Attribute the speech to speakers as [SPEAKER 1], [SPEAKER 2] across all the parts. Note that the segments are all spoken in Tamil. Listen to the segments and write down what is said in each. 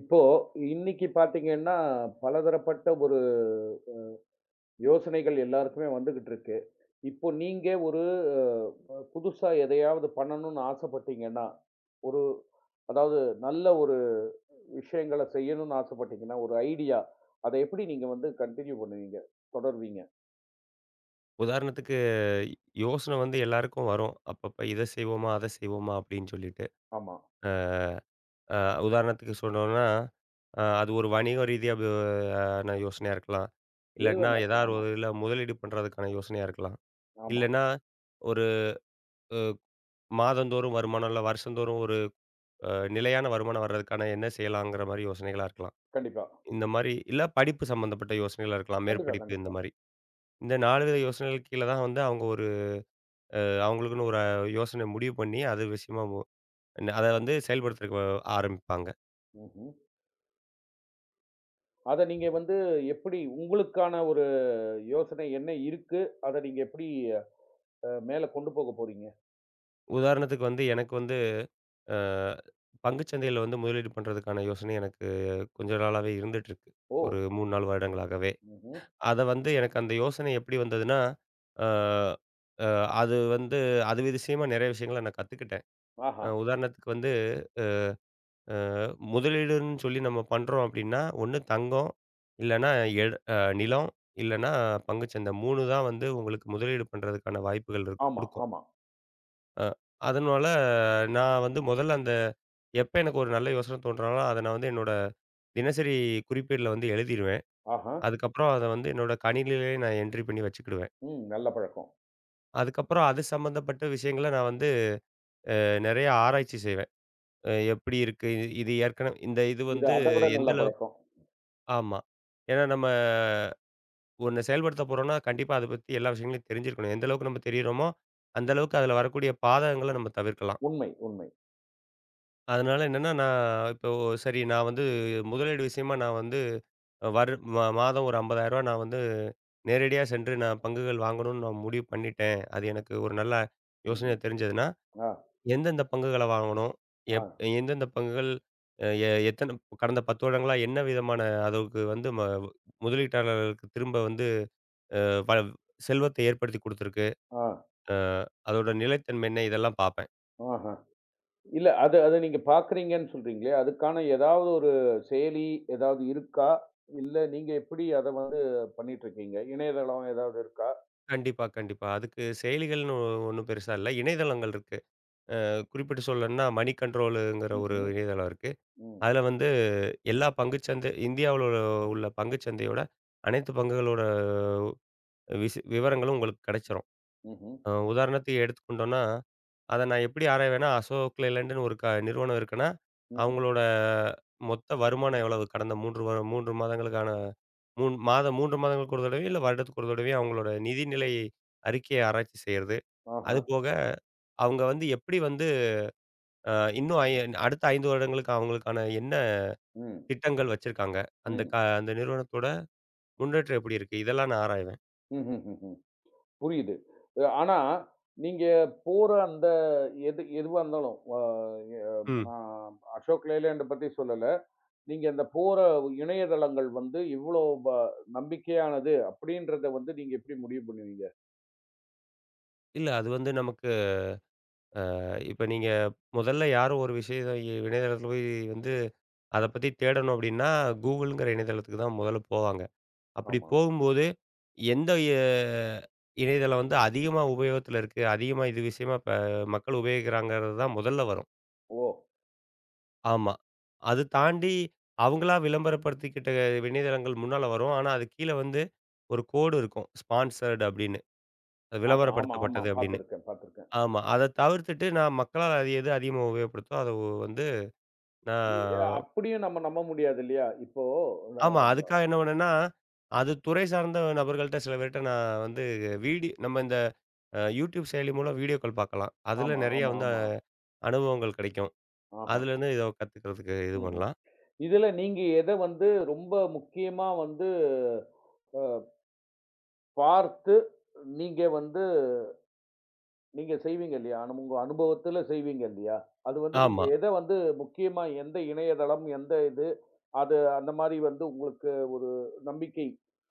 [SPEAKER 1] இப்போ இன்னைக்கு பார்த்தீங்கன்னா, பலதரப்பட்ட ஒரு யோசனைகள் எல்லாருக்குமே வந்துகிட்டு இருக்கு. இப்போ நீங்க ஒரு புதுசா எதையாவது பண்ணணும்னு ஆசைப்பட்டீங்கன்னா, ஒரு அதாவது நல்ல ஒரு விஷயங்கள செய்யணும்னு ஆசைப்பட்டீங்கன்னா, ஒரு ஐடியா அத எப்படி நீங்க வந்து கன்டின்யூ பண்ணுவீங்க? தொடர்வீங்க?
[SPEAKER 2] உதாரணத்துக்கு யோசனை வந்து எல்லாருக்கும் வரும். அப்பப்ப இத செய்வோமா? அத செய்வோமா? அப்படின்னு சொல்லிட்டு.
[SPEAKER 1] ஆமா.
[SPEAKER 2] அ அ உதாரணத்துக்கு சொன்னோம்னா, அது ஒரு வணிக ரீதியா ஆன யோசனையா இருக்கலாம்.
[SPEAKER 1] எது
[SPEAKER 2] இல்லாட்டினா
[SPEAKER 1] வேணா இருக்கலாம்.
[SPEAKER 2] ஏதாவது
[SPEAKER 1] ஆமா,
[SPEAKER 2] ஒரு இதுல முதலீடு பண்றதுக்கான யோசனையா இருக்கலாம்.
[SPEAKER 1] ஆமா.
[SPEAKER 2] இல்லன்னா, ஒரு மாதந்தோறும் வருமானம் இல்ல வருஷந்தோறும் ஒரு அ நிலையான வருமானம் வர்றதுக்கான என்ன செய்யலாங்கிற மாரி யோசனைகளா இருக்கலாம்.
[SPEAKER 1] கண்டிப்பா.
[SPEAKER 2] இந்த மாரி இல்ல படிப்பு சம்மந்தப்பட்ட யோசனைகளா இருக்கலாம்.
[SPEAKER 1] கண்டிப்பா,
[SPEAKER 2] மேற்படிப்பு இந்த
[SPEAKER 1] கண்டிப்பா.
[SPEAKER 2] மாரி. இந்த 4 வித யோசனைகளுக்கு கீழ தான் வந்து அவங்க ஒரு அவங்களுக்குன்னு ஒரு யோசனை முடிவு பண்ணி, அது விஷயமா அத வந்து செயல்படுத்துறதுக்கு ஆரம்பிப்பாங்க.
[SPEAKER 1] ம்ஹ்ம். அத நீங்க வந்து எப்படி உங்களுக்கான ஒரு யோசனை என்ன இருக்கு? அத நீங்க எப்படி மேல கொண்டு போக போறீங்க.
[SPEAKER 2] உதாரணத்துக்கு வந்து எனக்கு வந்து அ பங்குச் சந்தையில வந்து முதலீடு பண்றதுக்கான யோசனை எனக்கு கொஞ்ச நாளாவே இருந்துட்டு இருக்கு.
[SPEAKER 1] ஓ!
[SPEAKER 2] ஒரு 3, 4 வருடங்களாகவே.
[SPEAKER 1] ம்ஹ்ம்.
[SPEAKER 2] அத வந்து எனக்கு அந்த யோசனை எப்படி வந்ததுன்னா, அ அ அது வந்து அது விஷயமா நெறைய விஷயங்கள நான் கத்துக்கிட்டேன்.
[SPEAKER 1] ஆஹா!
[SPEAKER 2] உதாரணத்துக்கு வந்து அ முதலீடுன்னு சொல்லி நம்ம பண்றோம் அப்படின்னா, ஒண்ணு தங்கம், இல்லன்னா எட அ நிலம், இல்லன்னா பங்குச்சந்தை. 3 தான் வந்து உங்களுக்கு முதலீடு பண்றதுக்கான வாய்ப்புகள் இருக்
[SPEAKER 1] ஆமா,
[SPEAKER 2] குடுக்கும்.
[SPEAKER 1] ஆமா.
[SPEAKER 2] அ அதனால நான் வந்து முதல்ல அந்த எப்ப எனக்கு ஒரு நல்ல யோசனை தோன்றாலும், அத நான் வந்து என்னோட தினசரி குறிப்பேடுல வந்து எழுதிருவேன்.
[SPEAKER 1] ஆஹா!
[SPEAKER 2] அதுக்கப்புறம் அத வந்து என்னோட கணினியிலேயே நான் என்ட்ரி பண்ணி வச்சுக்கிடுவேன்.
[SPEAKER 1] ம். நல்ல பழக்கம்.
[SPEAKER 2] அதுக்கப்புறம் அது சம்மந்தப்பட்ட விஷயங்கள நான் வந்து நெறைய ஆராய்ச்சி செய்வேன். எப்படி இருக்கு? இது இது ஏற்கனவே இந்த இது
[SPEAKER 1] இது
[SPEAKER 2] வந்து
[SPEAKER 1] அத விட
[SPEAKER 2] எந்த
[SPEAKER 1] நல்ல
[SPEAKER 2] அளவுக்கு
[SPEAKER 1] பழக்கம்.
[SPEAKER 2] ஆமா. ஏன்னா நம்ம ஒண்ண செயல்படுத்த போறோம்னா, கண்டிப்பா அத பத்தி எல்லா விஷயங்களையும் தெரிஞ்சிருக்கணும். எந்த அளவுக்கு நம்ம தெரியிறோமோ, அந்த அளவுக்கு அதில வரக்கூடிய பாதகங்கள நம்ம தவிர்க்கலாம்.
[SPEAKER 1] உண்மை, உண்மை.
[SPEAKER 2] அதனால என்னன்னா, நான் இப்போ சரி நான் வந்து முதலீடு விஷயமா நான் வந்து வரு ம மாதம் ஒரு ரூ. 50,000 நான் வந்து நேரடியா சென்று நான் பங்குகள் வாங்கணும்னு நான் முடிவு பண்ணிட்டேன். அது எனக்கு ஒரு நல்ல யோசனையா
[SPEAKER 1] ம்ஹ்ம்.
[SPEAKER 2] தெரிஞ்சதுன்னா,
[SPEAKER 1] ஆ,
[SPEAKER 2] எந்தெந்த பங்குகள வாங்கணும்?
[SPEAKER 1] ஆ,
[SPEAKER 2] எப் எந்தெந்த பங்குகள் அ எ எத்தன கடந்த 10 வருடங்களா என்ன விதமான அளவுக்கு வந்து முதலீட்டாளர்களுக்கு திரும்ப வந்து அ ப செல்வத்த ஏற்படுத்தி குடுத்துருக்கு.
[SPEAKER 1] ஆ,
[SPEAKER 2] அ அதோட நிலைத்தன்மை என்ன? இதெல்லாம் பார்ப்பேன்.
[SPEAKER 1] ஆஹா! இல்ல அது அத நீங்க பார்க்குறீங்கன்னு சொல்றீங்களே, அதுக்கான ஏதாவது ஒரு செயலி ஏதாவது இருக்கா? இல்ல நீங்க எப்படி அத வந்து பண்ணிட்டுருக்கீங்க? இணையதளம் ஏதாவது இருக்கா?
[SPEAKER 2] கண்டிப்பா, கண்டிப்பா. அதுக்கு செயலிகள்னு ஒண்ணும் பெருசா இல்ல. இணையதளங்கள் இருக்கு. குறிப்பிட்டு சொல்லணும்னா மணி கண்ட்ரோலுங்கிற ஒரு
[SPEAKER 1] ம்ஹ்ம்.
[SPEAKER 2] இணையதளம் இருக்கு.
[SPEAKER 1] ம்.
[SPEAKER 2] அதுல வந்து எல்லா பங்குச்சந்தை இந்தியாவுல உள்ள உள்ள பங்குச்சந்தையோட அனைத்து பங்குகளோட விவரங்களும் உங்களுக்கு கிடைச்சிரும்.
[SPEAKER 1] ம்ஹ்ம்.
[SPEAKER 2] உதாரணத்துக்கு எடுத்துக்கொண்டோம்னா, அத நான் எப்படி ஆராய்வேன்னா, அசோக் லேலண்ட்ன்னு ஒரு நிறுவனம் இருக்குன்னா,
[SPEAKER 1] ம்.
[SPEAKER 2] அவங்களோட மொத்த வருமானம் எவ்வளவு? கடந்த 3 மாதங்களுக்கான 3 மாதங்களுக்கு ஒரு தடவையோ, இல்ல வருடத்துக்கு ஒரு தடவையோ அவங்களோட நிதிநிலை அறிக்கைய ஆராய்ச்சி செய்யறது.
[SPEAKER 1] ஆஹா!
[SPEAKER 2] அதுபோக அவங்க வந்து எப்படி வந்து அ இன்னும் ஐ அடுத்த 5 வருடங்களுக்கு அவங்களுக்கான என்ன
[SPEAKER 1] ம்.
[SPEAKER 2] திட்டங்கள் வச்சிருக்காங்க? அந்த
[SPEAKER 1] ம்.
[SPEAKER 2] க அந்த நிறுவனத்தோட முன்னேற்றம் எப்படி இருக்கு? இதெல்லாம் நான் ஆராய்வேன்.
[SPEAKER 1] ம்ஹ்ஹ்ம். புரியுது. ஆனா, நீங்க போற அந்த எது எதுவா இருந்தாலும், அ எ
[SPEAKER 2] ம்.
[SPEAKER 1] நான் அசோக் லேலேண்ட பத்தி சொல்லல. நீங்க அந்த போற இணையதளங்கள் வந்து இவ்ளோ நம்பிக்கையானது அப்படின்றத வந்து நீங்க எப்படி முடிவு பண்ணுவீங்க?
[SPEAKER 2] இல்ல அது வந்து நமக்கு இப்ப நீங்க முதல்ல யாரும் ஒரு விஷயம் இணையதளத்துல போய் வந்து அத பத்தி தேடணும் அப்டின்னா, கூகுள்ங்கிற இணையதளத்துக்கு தான் முதல்ல போவாங்க. அப்படி
[SPEAKER 1] ஆமா.
[SPEAKER 2] போகும்போது, எந்த எ இணையதளம் வந்து அதிகமா உபயோகத்துல இருக்கு, அதிகமா இது விஷயமா இப்ப மக்கள் உபயோகிக்கிறாங்கிறது தான் முதல்ல வரும்.
[SPEAKER 1] ஓ!
[SPEAKER 2] ஆமா. அது தாண்டி அவங்களா விளம்பரப்படுத்திக்கிட்ட இணையதளங்கள் முன்னால வரும். ஆனா, அது கீழ வந்து ஒரு கோடு இருக்கும். ஸ்பான்சர்ட் அப்படின்னு. அது
[SPEAKER 1] ஆமா, ஆமா, ஆமா.
[SPEAKER 2] விளம்பரப்படுத்தப்பட்டது அப்படின்னு.
[SPEAKER 1] பார்த்துருக்கேன், பார்த்துருக்கேன்.
[SPEAKER 2] ஆமா. அத தவிர்த்துட்டு நான் மக்களால் அது எது அதிகமா உபயோகப்படுதோ, அத வந்து
[SPEAKER 1] இ
[SPEAKER 2] நான்
[SPEAKER 1] அப்படியும் நம்ம நம்ப முடியாது இல்லையா? இப்போ
[SPEAKER 2] ஆமா.
[SPEAKER 1] அஹ்,
[SPEAKER 2] அதுக்காக என்ன பண்ணேன்னா, அது துறை சார்ந்த நபர்கள்ட்ட சில பேர்ட்ட நான் வந்து நம்ம இந்த YouTube செயலி மூலம் வீடியோக்கள் பார்க்கலாம். அதுல
[SPEAKER 1] ஆமா,
[SPEAKER 2] நெறைய
[SPEAKER 1] ஆமா,
[SPEAKER 2] வந்து
[SPEAKER 1] ஆமா.
[SPEAKER 2] அனுபவங்கள் கிடைக்கும்.
[SPEAKER 1] ஆஹா.
[SPEAKER 2] அதுலேருந்து இத கத்துக்கிறதுக்கு இது
[SPEAKER 1] ம்ஹ்ம்.
[SPEAKER 2] பண்ணலாம்.
[SPEAKER 1] இதுல நீங்க எத வந்து ரொம்ப முக்கியமா வந்து அ பார்த்து நீங்க வந்து நீங்க செய்வீங்க இல்லையா? உங்க அனுபவத்துல செய்வீங்க இல்லையா? அது வந்து நீங்க
[SPEAKER 2] ஆமா,
[SPEAKER 1] எத வந்து முக்கியமா எந்த இணையதளம், எந்த இது, அது அந்த மாரி வந்து உங்களுக்கு ஒரு நம்பிக்கை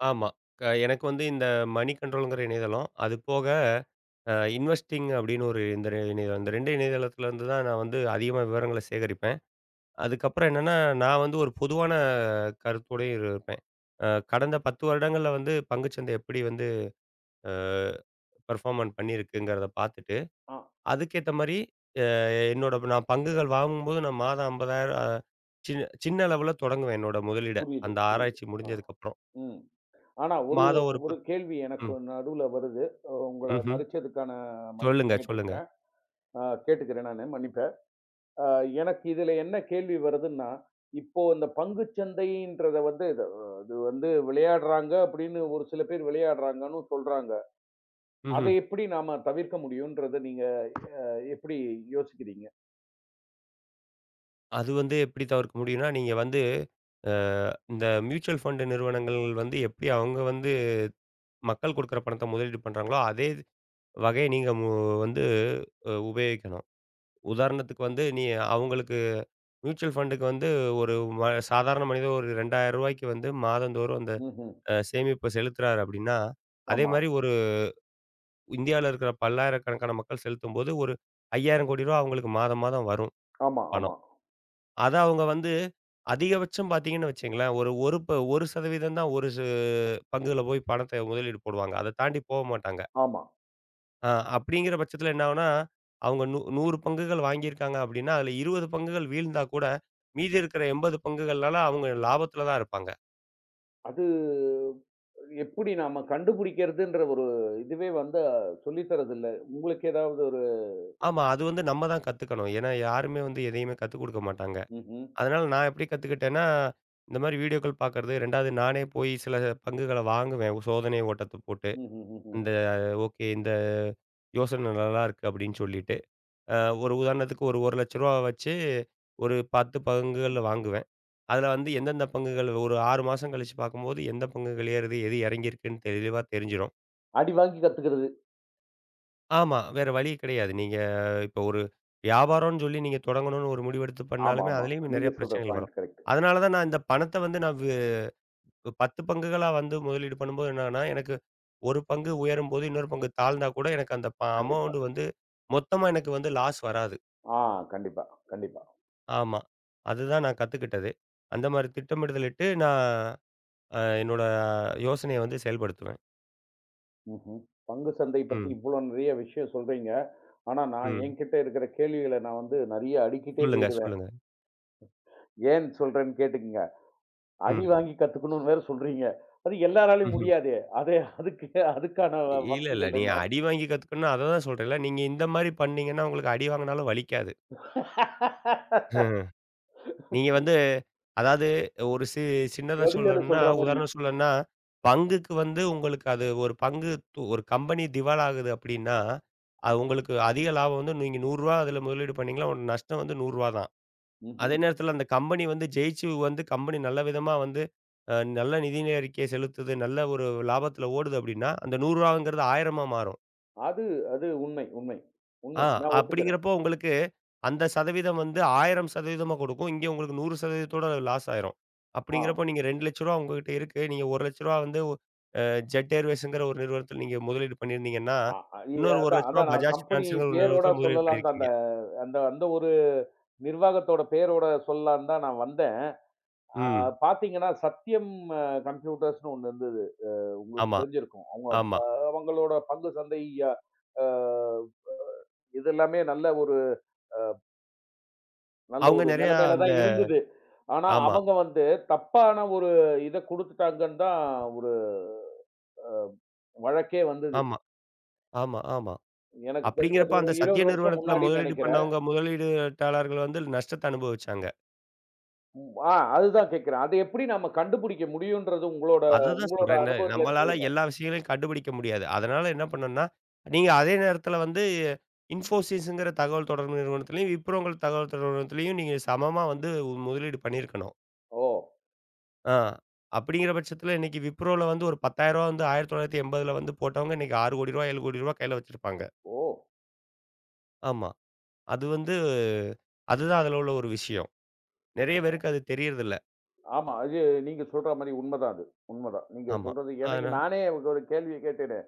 [SPEAKER 2] ஆமா. எனக்கு வந்து இந்த மணி கண்ட்ரோல்ங்கிற இணையதளம். அது போக இன்வெஸ்டிங் அப்படின்னு ஒரு இந்த இணையதளம். இந்த 2 இணையதளத்துலேருந்து தான் நான் வந்து அதிகமா விவரங்கள சேகரிப்பேன். அதுக்கப்புறம் என்னன்னா, நான் வந்து ஒரு பொதுவான கருத்தோடயும் இருப்பேன். அ கடந்த 10 வருடங்கள்ல வந்து பங்குச்சந்தை எப்படி வந்து பெர்ஃபார்மன்ஸ் பண்ணியிருக்குங்கிறத பார்த்துட்டு,
[SPEAKER 1] ஆ
[SPEAKER 2] அதுக்கேத்த மாரி அ என்னோட நான் பங்குகள் வாங்கும்போது நான் மாதம் 50,000 சின்ன சின்ன அளவுல தொடங்குவேன் என்னோட முதலீட.
[SPEAKER 1] புரியுது,
[SPEAKER 2] அந்த
[SPEAKER 1] புரியுது.
[SPEAKER 2] ஆராய்ச்சி
[SPEAKER 1] ஆ.
[SPEAKER 2] முடிஞ்சதுக்கப்புறம்.
[SPEAKER 1] ம். ஆனா ஒரு
[SPEAKER 2] மாதம் ஒரு
[SPEAKER 1] ஒரு
[SPEAKER 2] பத்
[SPEAKER 1] கேள்வி எனக்கு
[SPEAKER 2] ம்.
[SPEAKER 1] நடுவுல வருது. உங்கள
[SPEAKER 2] ம்ஹ்ம்.
[SPEAKER 1] மறுச்சதுக்கான மன்னிப்பு
[SPEAKER 2] சொல்லுங்க, சொல்லுங்க.
[SPEAKER 1] கேட்டுருக்கிறேன். அ கேட்டுக்கிறேன் நானு மன்னிப்ப. அ எனக்கு இதுல என்ன கேள்வி வருதுன்னா, இப்போ இந்த பங்குச் சந்தைன்றத வந்து இது இது வந்து விளையாடுறாங்க அப்படின்னு ஒரு சில பேர் விளையாடுறாங்கன்னு சொல்றாங்க.
[SPEAKER 2] ம்ஹ்ம்.
[SPEAKER 1] அதை எப்படி நாம தவிர்க்க முடியும்ன்றத நீங்க அ எப்படி யோசிக்கிறீங்க?
[SPEAKER 2] அது வந்து எப்படி தவிர்க்க முடியும்னா, நீங்க வந்து அ இந்த மியூச்சுவல் ஃபண்ட் நிறுவனங்கள் வந்து எப்படி அவங்க வந்து மக்கள் குடுக்குற பணத்த முதலீடு பண்றாங்களோ, அதே வகைய நீங்க வந்து உபயோகிக்கணும். உதாரணத்துக்கு வந்து அவங்களுக்கு மியூச்சுவல் ஃபண்டுக்கு வந்து ஒரு ம சாதாரண மனிதன் ஒரு ரூ. 2000 வந்து மாதந்தோறும் அந்த
[SPEAKER 1] ம்ஹ்ம்.
[SPEAKER 2] சேமிப்ப செலுத்துறாரு அப்படின்னா, அதே
[SPEAKER 1] ஆமா,
[SPEAKER 2] மாரி ஒரு இந்தியாவுல இருக்கிற பல்லாயிரக்கணக்கான மக்கள் செலுத்தும்போது, ஒரு ரூ. 5000 கோடி ரூபா அவங்களுக்கு மாதம் மாதம் வரும்
[SPEAKER 1] ஆமா,
[SPEAKER 2] பணம்.
[SPEAKER 1] ஆமா,
[SPEAKER 2] அத அவங்க வந்து அதிகபட்சம் பார்த்தீங்கன்னு வச்சுக்கங்களேன், ஒரு ஒரு ப 1% தான் ஒரு பங்குல போய் பணத்த முதலீடு போடுவாங்க. அத தாண்டி போக மாட்டாங்க.
[SPEAKER 1] ஆமா.
[SPEAKER 2] ஆ அப்படிங்கிற பட்சத்தில என்ன ஆகும்னா, அவங்க 100 பங்குகள் வாங்கியிருக்காங்க அப்படின்னா, அதில 20 பங்குகள் வீழ்ந்தா கூட, மீதி இருக்கிற 80 பங்குகள்னால அவங்க லாபத்தில தான் இருப்பாங்க.
[SPEAKER 1] அது எப்படி நாம கண்டுபிடிக்கிறதுன்ற ஒரு இதுவே வந்து சொல்லி தர்றதில்ல. உங்களுக்கு ஏதாவது ஒரு
[SPEAKER 2] ஆமா, அது வந்து நம்ம தான் கத்துக்கணும். ஏன்னா யாருமே வந்து எதையுமே கத்துக் குடுக்க மாட்டாங்க.
[SPEAKER 1] ம்ஹ்ம்.
[SPEAKER 2] அதனால நான் எப்படி கத்துக்கிட்டேன்னா, இந்த மாரி வீடியோக்கள் பார்க்கறது, 2வது நானே போய் சில பங்குகள வாங்குவேன். சோதனை ஓட்டத்த போட்டு.
[SPEAKER 1] ம்ஹ்ஹ்ஹ்ம்.
[SPEAKER 2] இந்த ஓகே இந்த யோசனை நல்லா இருக்கு அப்படின்னு சொல்லிட்டு. அ ஒரு உதாரணத்துக்கு ஒரு ரூ. 1,00,000 வச்சு ஒரு 10 பங்குகள் வாங்குவேன். அதுல வந்து எந்தெந்த பங்குகள் ஒரு 6 மாசம் கழிச்சு பார்க்கும்போது, எந்த பங்குகள் ஏறுது, எது இறங்கியிருக்குன்னு தெளிவா தெரிஞ்சிரும்.
[SPEAKER 1] அடி வாங்கி கத்துக்கிறது.
[SPEAKER 2] ஆமா, வேற வழி கிடையாது. நீங்க இப்போ ஒரு வியாபாரம்னு சொல்லி நீங்க தொடங்கணும்னு ஒரு முடிவெடுத்து
[SPEAKER 1] ஆமா,
[SPEAKER 2] பண்ணாலுமே,
[SPEAKER 1] ஆமா.
[SPEAKER 2] அதுலயும் நெறைய
[SPEAKER 1] நீங்க சொல்ற
[SPEAKER 2] பிரச்சனைகள் வரும்.
[SPEAKER 1] Point correct.
[SPEAKER 2] அதனால தான் நான் இந்த பணத்த வந்து நான் வு 10 பங்குகளா வந்து முதலீடு பண்ணும்போது என்னன்னா, எனக்கு ஒரு பங்கு உயரும்போது, இன்னொரு பங்கு தாழ்ந்தா கூட எனக்கு அந்த
[SPEAKER 1] கண்டிப்பா.
[SPEAKER 2] அமௌண்ட் வந்து மொத்தமா எனக்கு வந்து லாஸ் வராது.
[SPEAKER 1] ஆ கண்டிப்பா, கண்டிப்பா.
[SPEAKER 2] ஆமா. அதுதான் நான் கத்துக்கிட்டது. அந்த மாரி திட்டமிடுதலிட்டு நான் என்னோட யோசனைய வந்து செயல்படுத்துவேன்.
[SPEAKER 1] ம்ஹ்ம். பங்கு சந்தை பத்தி
[SPEAKER 2] ம்.
[SPEAKER 1] இவ்ளோ நெறைய விஷயம் சொல்றீங்க. ஆனா, நான்
[SPEAKER 2] ம்.
[SPEAKER 1] என்கிட்ட இருக்கிற கேள்விகள நான் வந்து நெறைய அடுக்கிட்டே
[SPEAKER 2] சொல்லுங்க,
[SPEAKER 1] போயிடுவேன்.
[SPEAKER 2] சொல்லுங்க.
[SPEAKER 1] ஏன் சொல்றேன்னு கேட்டுக்கங்க. அடி
[SPEAKER 2] ம்.
[SPEAKER 1] வாங்கி கத்துக்கணும்னு வேற சொல்றீங்க. அது எல்லாராலயும்
[SPEAKER 2] ம்ஹ்ம்.
[SPEAKER 1] முடியாதே! அதுக்கு அதுக்கான
[SPEAKER 2] இல்ல, இல்ல.
[SPEAKER 1] வசதிகள்
[SPEAKER 2] நீ
[SPEAKER 1] என்ன?
[SPEAKER 2] அடி வாங்கி கத்துக்கணும்னு அத தான் சொல்றேன்ல. நீங்க இந்த மாரி பண்ணீங்கன்னா, உங்களுக்கு அடி வாங்குனாலும் வலிக்காது. ம். நீங்க வந்து அதாவது ஒரு சி சின்னதா
[SPEAKER 1] வடிவேலு
[SPEAKER 2] சொல்லணும்னா,
[SPEAKER 1] சொல்ற மாரி.
[SPEAKER 2] உதாரணம் சொல்லணும்னா, பங்குக்கு வந்து உங்களுக்கு அது ஒரு பங்கு ஒரு கம்பெனி திவால் ஆகுது அப்படின்னா, அது உங்களுக்கு அதிக லாபம் வந்து நீங்க ரூ. 100 அதுல முதலீடு பண்ணீங்கன்னா, உங்க நஷ்டம் வந்து ரூ. 100 தான். அதே
[SPEAKER 1] ம்ஹ்ம்.
[SPEAKER 2] நேரத்தில அந்த கம்பெனி வந்து ஜெயிச்சு வந்து கம்பெனி நல்ல விதமா வந்து நல்ல நிதி அறிக்கை செலுத்துது, நல்ல ஒரு லாபத்தில ஓடுது அப்படின்னா, அந்த ரூ. 100ங்கிறது 1000மா மாறும்.
[SPEAKER 1] அது அது உண்மை, உண்மை,
[SPEAKER 2] ஆ
[SPEAKER 1] உண்மை. நான் ஒத்துக்கிறேன்.
[SPEAKER 2] அப்படிங்கிறப்போ உங்களுக்கு அந்த சதவீதம் வந்து 1000% கொடுக்கும். இங்கே உங்களுக்கு 100% லாஸ் ஆயிரும்.
[SPEAKER 1] ஆ.
[SPEAKER 2] அப்படிங்கிறப்போ நீங்க ரூ. 2,00,000 உங்ககிட்ட இருக்கு. நீங்க ரூ. 1,00,000 வந்து அ ஜெட் ஏர்வேஸ்ங்கிற ஒரு நிறுவனத்தில நீங்க முதலீடு பண்ணியிருந்தீங்கன்னா,
[SPEAKER 1] அ இ
[SPEAKER 2] இன்னொரு ரூ.
[SPEAKER 1] அதான் அதான்
[SPEAKER 2] 1,00,000
[SPEAKER 1] நான்
[SPEAKER 2] பஜாஜ்
[SPEAKER 1] கம்பெனி
[SPEAKER 2] ஃபினான்ஸ்ங்கிற ஒரு
[SPEAKER 1] பேரோட
[SPEAKER 2] நிறுவனத்தில முதலீடு
[SPEAKER 1] சொல்லலான்னு தான்
[SPEAKER 2] பண்ணியிருக்கீங்க.
[SPEAKER 1] அந்த அந்த அந்த ஒரு நிர்வாகத்தோட பெயரோட சொல்லலான்னு தான் நான் வந்தேன். ஆ
[SPEAKER 2] ம்.
[SPEAKER 1] பார்த்தீங்கன்னா, சத்யம் அ கம்ப்யூட்டர்ஸ்ன்னு ஒண்ணு இருந்தது.
[SPEAKER 2] ஆமா,
[SPEAKER 1] தெரிஞ்சிருக்கும்.
[SPEAKER 2] ஆமா.
[SPEAKER 1] அவங்களோட பங்கு சந்தை இதெல்லாமே நல்ல ஒரு நல்ல
[SPEAKER 2] அவங்க
[SPEAKER 1] ஒரு
[SPEAKER 2] நெறையா
[SPEAKER 1] நிலைமையில
[SPEAKER 2] அந்த
[SPEAKER 1] தான் இருந்தது. ஆனா,
[SPEAKER 2] ஆமா,
[SPEAKER 1] அவங்க வந்து தப்பான ஒரு இத குடுத்துட்டாங்கன்னு தான் ஒரு வழக்கே வந்தது.
[SPEAKER 2] ஆமா, ஆமா, ஆமா.
[SPEAKER 1] எனக்கு தெரிஞ்சு
[SPEAKER 2] அப்படிங்கிறப்ப
[SPEAKER 1] அது ஒரு
[SPEAKER 2] அந்த சத்திய
[SPEAKER 1] 20 வருஷம்
[SPEAKER 2] நிறுவனத்தில
[SPEAKER 1] முன்னாடின்னு
[SPEAKER 2] முதலீடு
[SPEAKER 1] நெனைக்கிறேன்.
[SPEAKER 2] பண்ணவங்க, முதலீடுட்டாளர்கள் வந்து நஷ்டத்த அனுபவிச்சாங்க.
[SPEAKER 1] ஆ அதுதான் கேட்கிறேன். அது எப்படி நம்ம கண்டுபிடிக்க முடியுன்றது உங்களோட
[SPEAKER 2] அததான்
[SPEAKER 1] உங்களோட
[SPEAKER 2] சொல்றேன். என்ன
[SPEAKER 1] அனுபவத்துலருந்து
[SPEAKER 2] நம்மளால
[SPEAKER 1] சொல்லுங்க.
[SPEAKER 2] எல்லா விஷயங்களையும் கண்டுபிடிக்க முடியாது. அதனால என்ன பண்ணணும்னா, நீங்க அதே நேரத்தில வந்து இன்ஃபோசிஸ்ங்கிற தகவல் தொடர்பு நிறுவனத்திலயும், விப்ரோங்கிற தகவல் தொடர்பு நிறுவனத்திலயும் நீங்க சமமா வந்து முதலீடு பண்ணியிருக்கணும்.
[SPEAKER 1] ஓ!
[SPEAKER 2] ஆ அப்படிங்கிற பட்சத்தில இன்னைக்கு விப்ரோல வந்து ஒரு ரூ. 10,000 வந்து 1980ல வந்து போட்டவங்க இன்னைக்கு ரூ. 6,00,00,000 ரூ. 7,00,00,000 கையில வச்சிருப்பாங்க.
[SPEAKER 1] ஓ!
[SPEAKER 2] ஆமா. அது வந்து அதுதான் அதில உள்ள ஒரு விஷயம். நெறைய பேருக்கு அது தெரியறதில்ல.
[SPEAKER 1] ஆமா. அது நீங்க சொல்ற மாரி உண்மதான் அது. உண்மதான். நீங்க
[SPEAKER 2] ஆமா.
[SPEAKER 1] சொல்றது எனக்கு
[SPEAKER 2] அதனா
[SPEAKER 1] நானே ஒரு கேள்விய கேட்டேனே.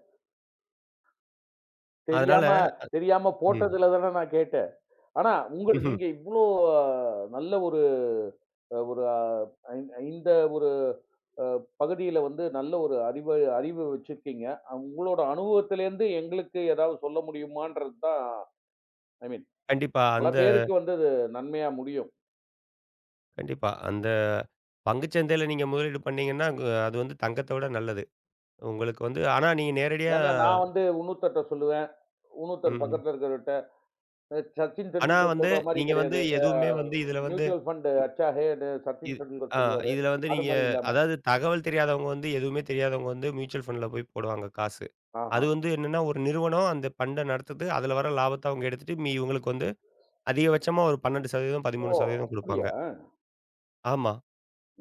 [SPEAKER 2] அதனால
[SPEAKER 1] தெரியாம தெரியாம
[SPEAKER 2] ம்.
[SPEAKER 1] போட்டதுல தானே நான் கேட்டேன். ஆனா,
[SPEAKER 2] ம்ஹ்ம்.
[SPEAKER 1] நீங்க இவ்ளோ நல்ல ஒரு அ ஒரு அ ஐந் இந்த ஒரு அ பகுதியில வந்து நல்ல ஒரு அறிவு அறிவு வச்சிருக்கீங்க. உங்களோட அனுபவத்திலேருந்து எங்களுக்கு ஏதாவது சொல்ல முடியுமான்றது தான் ஐ மீன்
[SPEAKER 2] கண்டிப்பா.
[SPEAKER 1] பல
[SPEAKER 2] அந்த
[SPEAKER 1] பேருக்கு வந்து அது நன்மையா முடியும்.
[SPEAKER 2] கண்டிப்பா. அந்த பங்குச் சந்தையில நீங்க முதலீடு பண்ணீங்கன்னா, அது வந்து தங்கத்த விட நல்லது. உங்களுக்கு வந்து ஆனா நீங்க நேரடியா
[SPEAKER 1] ஏன்னா நான் வந்து இன்னொருத்தர்ட்ட சொல்லுவேன். இன்னொருத்தர்
[SPEAKER 2] ம்ஹ்ம்.
[SPEAKER 1] பக்கத்துல இருக்கிறவர்ட்ட சச்சின்
[SPEAKER 2] ஆனா
[SPEAKER 1] டெண்டுல்கர்
[SPEAKER 2] வந்து
[SPEAKER 1] சொல்ற மாரி
[SPEAKER 2] நீங்க வந்து
[SPEAKER 1] கிடையாது.
[SPEAKER 2] எதுவுமே வந்து இதுல வந்து
[SPEAKER 1] மியூச்சுவல் ஃபண்ட் அச்சா ஹேன்னு சச்சின்
[SPEAKER 2] இது
[SPEAKER 1] டெண்டுல்கர்
[SPEAKER 2] ஆ
[SPEAKER 1] சொல்லுவாரு.
[SPEAKER 2] இதுல வந்து
[SPEAKER 1] அது
[SPEAKER 2] நீங்க
[SPEAKER 1] மாரி இல்லாம.
[SPEAKER 2] அதாவது தகவல் தெரியாதவங்க வந்து எதுவுமே தெரியாதவங்க வந்து மியூச்சுவல் ஃபண்ட்ல போய் போடுவாங்க காசு.
[SPEAKER 1] ஆஹா!
[SPEAKER 2] அது வந்து என்னன்னா, ஒரு நிறுவனம் அந்த ஃபண்ட நடத்துது. அதுல வர லாபத்த அவங்க எடுத்துட்டு, இவங்களுக்கு வந்து அதிகபட்சமா ஒரு 12%
[SPEAKER 1] ஓ!
[SPEAKER 2] 13% குடுப்பாங்க.
[SPEAKER 1] அப்படியா?
[SPEAKER 2] ஆமா.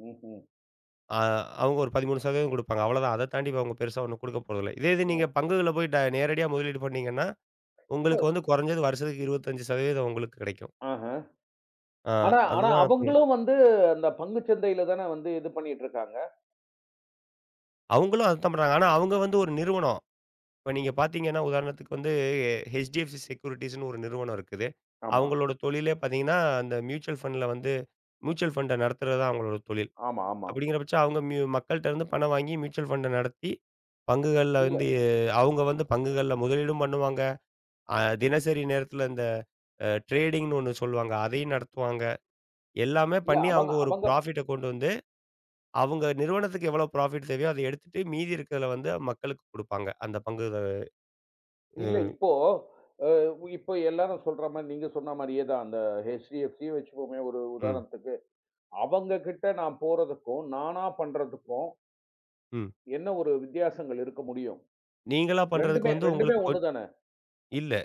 [SPEAKER 1] ம்ஹ்ம்.
[SPEAKER 2] அ அவங்க ஒரு 13% குடுப்பாங்க. அவ்வளதான். அத தாண்டி அவங்க பெருசா ஒண்ணும் குடுக்க போறதில்ல. இதே இது
[SPEAKER 1] ஓ!
[SPEAKER 2] நீங்க பங்குகள்ல போய் நேரடியா முதலீடு பண்ணீங்கன்னா, உங்களுக்கு வந்து குறைஞ்சது வருஷத்துக்கு 25% உங்களுக்கு கிடைக்கும்.
[SPEAKER 1] ஆஹ.
[SPEAKER 2] ஆ
[SPEAKER 1] ஆனா ஆனா
[SPEAKER 2] அதுதான் ம்.
[SPEAKER 1] அவங்களும் வந்து அந்த பங்குச் சந்தையில தான வந்து இது பண்ணிட்டு இருக்காங்க.
[SPEAKER 2] அவங்களும் அதுதான் பண்றாங்க. ஆனா அவங்க வந்து ஒரு நிறுவனம். இப்ப நீங்க பார்த்தீங்கன்னா, உதாரணத்துக்கு வந்து HDFC செக்யூரிட்டீஸ்ன்னு ஒரு நிறுவனம் இருக்குது.
[SPEAKER 1] ஆமா,
[SPEAKER 2] அவங்களோட தொழிலே பார்த்தீங்கன்னா, அந்த மியூச்சுவல் ஃபண்ட்ல வந்து மியூச்சுவல் ஃபண்ட நடத்துறது தான் அவங்களோட தொழில்.
[SPEAKER 1] ஆமா, ஆமா.
[SPEAKER 2] அப்படிங்கிற பட்சம் அவங்க மக்கள்ட்ட இருந்து பணம் வாங்கி மியூச்சுவல் ஃபண்ட நடத்தி, பங்குகள்ல
[SPEAKER 1] இல்ல,
[SPEAKER 2] வந்து அவங்க வந்து பங்குகள்ல முதலீடும் பண்ணுவாங்க. தினசரி நேரத்துல இந்த ட்ரேடிங்ன்னு ஒண்ணு சொல்லுவாங்க. அதையும் நடத்துவாங்க. எல்லாமே
[SPEAKER 1] இல்ல.
[SPEAKER 2] பண்ணி
[SPEAKER 1] அவங்க
[SPEAKER 2] அவங்க ஒரு
[SPEAKER 1] அவங்க
[SPEAKER 2] ப்ராஃபிட்ட கொண்டு வந்து, அவங்க நிறுவனத்துக்கு எவ்வளோ ப்ராஃபிட் தேவையோ அத எடுத்துட்டு மீதி இருக்கிறதுல வந்து மக்களுக்கு குடுப்பாங்க. அந்த பங்கு இத
[SPEAKER 1] இல்ல
[SPEAKER 2] இது
[SPEAKER 1] அ இப்போ எல்லாரும் சொல்ற மாரி நீங்க சொன்ன மாரியே தான். அந்த HDFC வச்சுப்போமே ஒரு
[SPEAKER 2] ம்,
[SPEAKER 1] உதாரணத்துக்கு. அவங்க கிட்ட நான் போறதுக்கும், நானா பண்றதுக்கும்
[SPEAKER 2] ம்.
[SPEAKER 1] என்ன ஒரு வித்தியாசங்கள் இருக்க முடியும்?
[SPEAKER 2] நீங்களா பண்றதுக்கு
[SPEAKER 1] 2மே
[SPEAKER 2] வந்து
[SPEAKER 1] 2மே
[SPEAKER 2] உங்களுக்கு
[SPEAKER 1] ஒண்ணு
[SPEAKER 2] கொஞ்
[SPEAKER 1] தான?
[SPEAKER 2] இல்ல.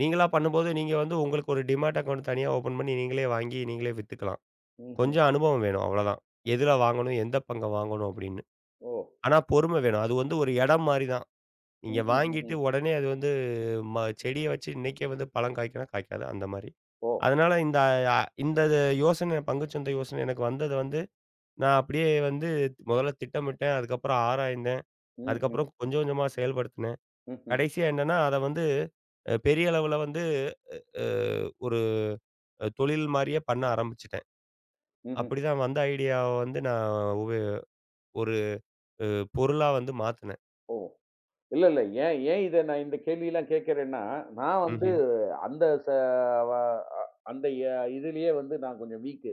[SPEAKER 2] நீங்களா பண்ணும்போது நீங்க வந்து உங்களுக்கு ஒரு டிமேட் அக்கவுண்ட் தனியா ஓப்பன் பண்ணி நீங்களே வாங்கி நீங்களே வித்துக்கலாம்.
[SPEAKER 1] ம்ஹ்ம்.
[SPEAKER 2] கொஞ்சம் அனுபவம் வேணும் அவ்வளதான். எதுல வாங்கணும்? எந்த பங்க வாங்கணும்? அப்படின்னு.
[SPEAKER 1] ஓ!
[SPEAKER 2] ஆனா பொறுமை வேணும். அது வந்து ஒரு இடம் மாரி தான். நீங்க
[SPEAKER 1] ம்ஹ்ம்,
[SPEAKER 2] வாங்கிட்டு
[SPEAKER 1] ம்ஹ்ம்.
[SPEAKER 2] உடனே அது வந்து ம செடிய வச்சு இன்னைக்கே வந்து பழம் காய்க்கும்னா காய்க்காது, அந்த மாரி.
[SPEAKER 1] ஓ!
[SPEAKER 2] அதனால இந்த அ இந்த யோசனை பங்குச்சந்தை யோசனை எனக்கு வந்தது வந்து, நான் அப்படியே வந்து முதல்ல திட்டமிட்டேன். அதுக்கப்புறம் ஆராய்ந்தேன்.
[SPEAKER 1] ம்ஹ்ம்,
[SPEAKER 2] அதுக்கப்புறம் கொஞ்சம் கொஞ்சமா செயல்படுத்தினேன்.
[SPEAKER 1] ம்ஹ்ம்,
[SPEAKER 2] கடைசியா என்னன்னா, அத வந்து பெரிய அளவுல வந்து அ ஒரு தொழில் மாரியே பண்ண ஆரம்பிச்சுட்டேன்.
[SPEAKER 1] ம்ஹ்ம்.
[SPEAKER 2] அப்படிதான் வந்த ஐடியாவ வந்து நான் உபயோ ஒரு அ பொருளா வந்து மாத்துனேன்.
[SPEAKER 1] ஓ! இல்ல, இல்ல. ஏன் ஏன் இத நான் இந்த கேள்விலாம் கேட்கிறேன்னா, நான் வந்து
[SPEAKER 2] ம்ஹ்ம்.
[SPEAKER 1] அந்த ச வ அ அந்த இதுலயே வந்து நான் கொஞ்சம் வீக்கு.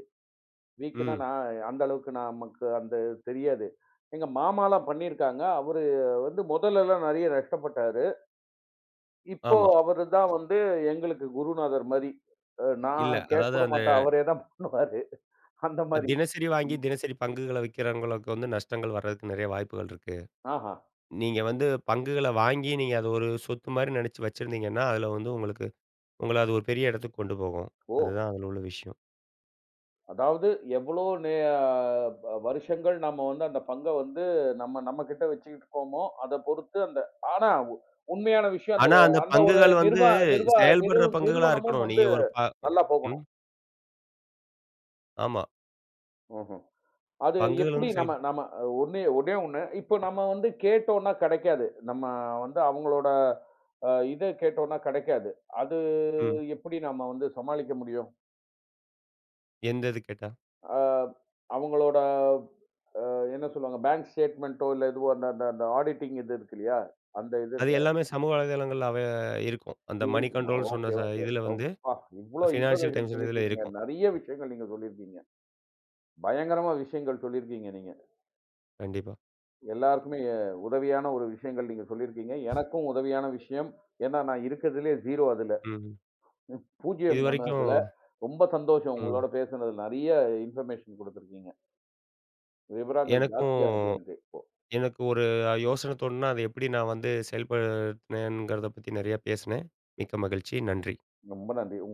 [SPEAKER 1] வீக்குன்னா,
[SPEAKER 2] ம்.
[SPEAKER 1] நான் அந்த அளவுக்கு நமக்கு அந்த தெரியாது. எங்க மாமாலாம் பண்ணியிருக்காங்க. அவரு வந்து முதல்லலாம் நெறைய நஷ்டப்பட்டாரு. இப்போ
[SPEAKER 2] ஆமா.
[SPEAKER 1] அவரு தான் வந்து எங்களுக்கு குருநாதர் மாரி.
[SPEAKER 2] இல்ல.
[SPEAKER 1] நான் கேட்க
[SPEAKER 2] அதாவது
[SPEAKER 1] கூட
[SPEAKER 2] அந்த
[SPEAKER 1] மாட்டேன். அவரே தான் பண்ணுவாரு. அந்த மாரி.
[SPEAKER 2] தினசரி வாங்கி
[SPEAKER 1] ம்.
[SPEAKER 2] தினசரி பங்குகள விக்கிறவங்களுக்கு வந்து நஷ்டங்கள் வர்றதுக்கு நெறைய வாய்ப்புகள் இருக்கு.
[SPEAKER 1] ஆஹா.
[SPEAKER 2] நீங்க வந்து பங்குகள வாங்கி, நீங்க அத ஒரு சொத்து மாரி நெனச்சு வச்சிருந்தீங்கன்னா, அதுல வந்து உங்களுக்கு உங்கள அது ஒரு பெரிய இடத்துக்கு கொண்டு போகும்.
[SPEAKER 1] ஓ!
[SPEAKER 2] அதுதான் அதுல உள்ள விஷயம்.
[SPEAKER 1] அதாவது எவ்வளோ நே ப வருஷங்கள் நம்ம வந்து அந்த பங்க வந்து நம்மகிட்ட வச்சுக்கிட்டு இருக்கோமோ, அத பொறுத்து அந்த ஆனா உண்மையான விஷயம் அந்த
[SPEAKER 2] ஆனா, அந்த
[SPEAKER 1] அந்த ஒரு
[SPEAKER 2] பங்குகள் வந்து
[SPEAKER 1] நிர்வா நிர்வா நிறு
[SPEAKER 2] செயல்படுற பங்குகளா
[SPEAKER 1] நிறுவனமும்
[SPEAKER 2] இருக்கணும். நீங்க
[SPEAKER 1] வந்து
[SPEAKER 2] ஒரு
[SPEAKER 1] நல்லா
[SPEAKER 2] ம்.
[SPEAKER 1] போகணும்.
[SPEAKER 2] ஆமா.
[SPEAKER 1] ம்ஹ்ம். அது
[SPEAKER 2] பங்குகள்
[SPEAKER 1] எப்படி
[SPEAKER 2] வந்து செயல்
[SPEAKER 1] நம்ம நம்ம ஒண்ணே ஒண்ணே ஒண்ணு, இப்போ நம்ம வந்து கேட்டோம்னா கிடைக்காது. நம்ம வந்து அவங்களோட இத கேட்டோம்னா கிடைக்காது. அது
[SPEAKER 2] ம்.
[SPEAKER 1] எப்படி நம்ம வந்து சமாளிக்க முடியும்?
[SPEAKER 2] எந்த இது கேட்டா?
[SPEAKER 1] அ அவங்களோட என்ன சொல்லுவாங்க பேங்க் ஸ்டேட்மெண்ட்டோ இல்ல எதுவோ அந்த அந்த அந்த ஆடிட்டிங் இது இருக்கு இல்லையா? அந்த இது
[SPEAKER 2] அது எல்லாமே சமூக வலைதளங்கள்ல இருக்கும். அந்த மணி
[SPEAKER 1] இருக்குமா?
[SPEAKER 2] கண்ட்ரோல்ன்னு சொன்ன
[SPEAKER 1] ஓகே, ஓகே.
[SPEAKER 2] இதுல வந்து
[SPEAKER 1] அப்பா! இவ்ளோ
[SPEAKER 2] ஃபினான்ஷியல்
[SPEAKER 1] இன்ஃபர்மேஷன்
[SPEAKER 2] டைம்ஸ் இதுல
[SPEAKER 1] சொல்லியிருக்கீங்க.
[SPEAKER 2] இருக்கும்.
[SPEAKER 1] நெறைய விஷயங்கள் நீங்க சொல்லியிருக்கீங்க. பயங்கரமா விஷயங்கள் சொல்லியிருக்கீங்க நீங்க.
[SPEAKER 2] கண்டிப்பா.
[SPEAKER 1] எல்லாருக்குமே உதவியான ஒரு விஷயங்கள் நீங்க சொல்லியிருக்கீங்க. எனக்கும் உதவியான விஷயம். ஏன்னா நான் இருக்கிறதுலயே 0 அதுல.
[SPEAKER 2] ம்.
[SPEAKER 1] 0 நானு
[SPEAKER 2] இதுவரைக்கும்
[SPEAKER 1] அதுல. ரொம்ப சந்தோஷம்
[SPEAKER 2] ம்.
[SPEAKER 1] உங்களோட பேசுனதுல. நெறைய இன்ஃபர்மேஷன் குடுத்துருக்கீங்க. விவரங்கள்
[SPEAKER 2] எனக்கும்
[SPEAKER 1] ஜாஸ்தியா இருக்கு எனக்கு இப்போ.
[SPEAKER 2] எனக்கு ஒரு யோசனை தோணுனா, அத எப்படி நான் வந்து செயல்படுத்தினேங்கிறத பத்தி நெறையா பேசினேன். மிக்க மகிழ்ச்சி. நன்றி.
[SPEAKER 1] ரொம்ப நன்றி. உங்க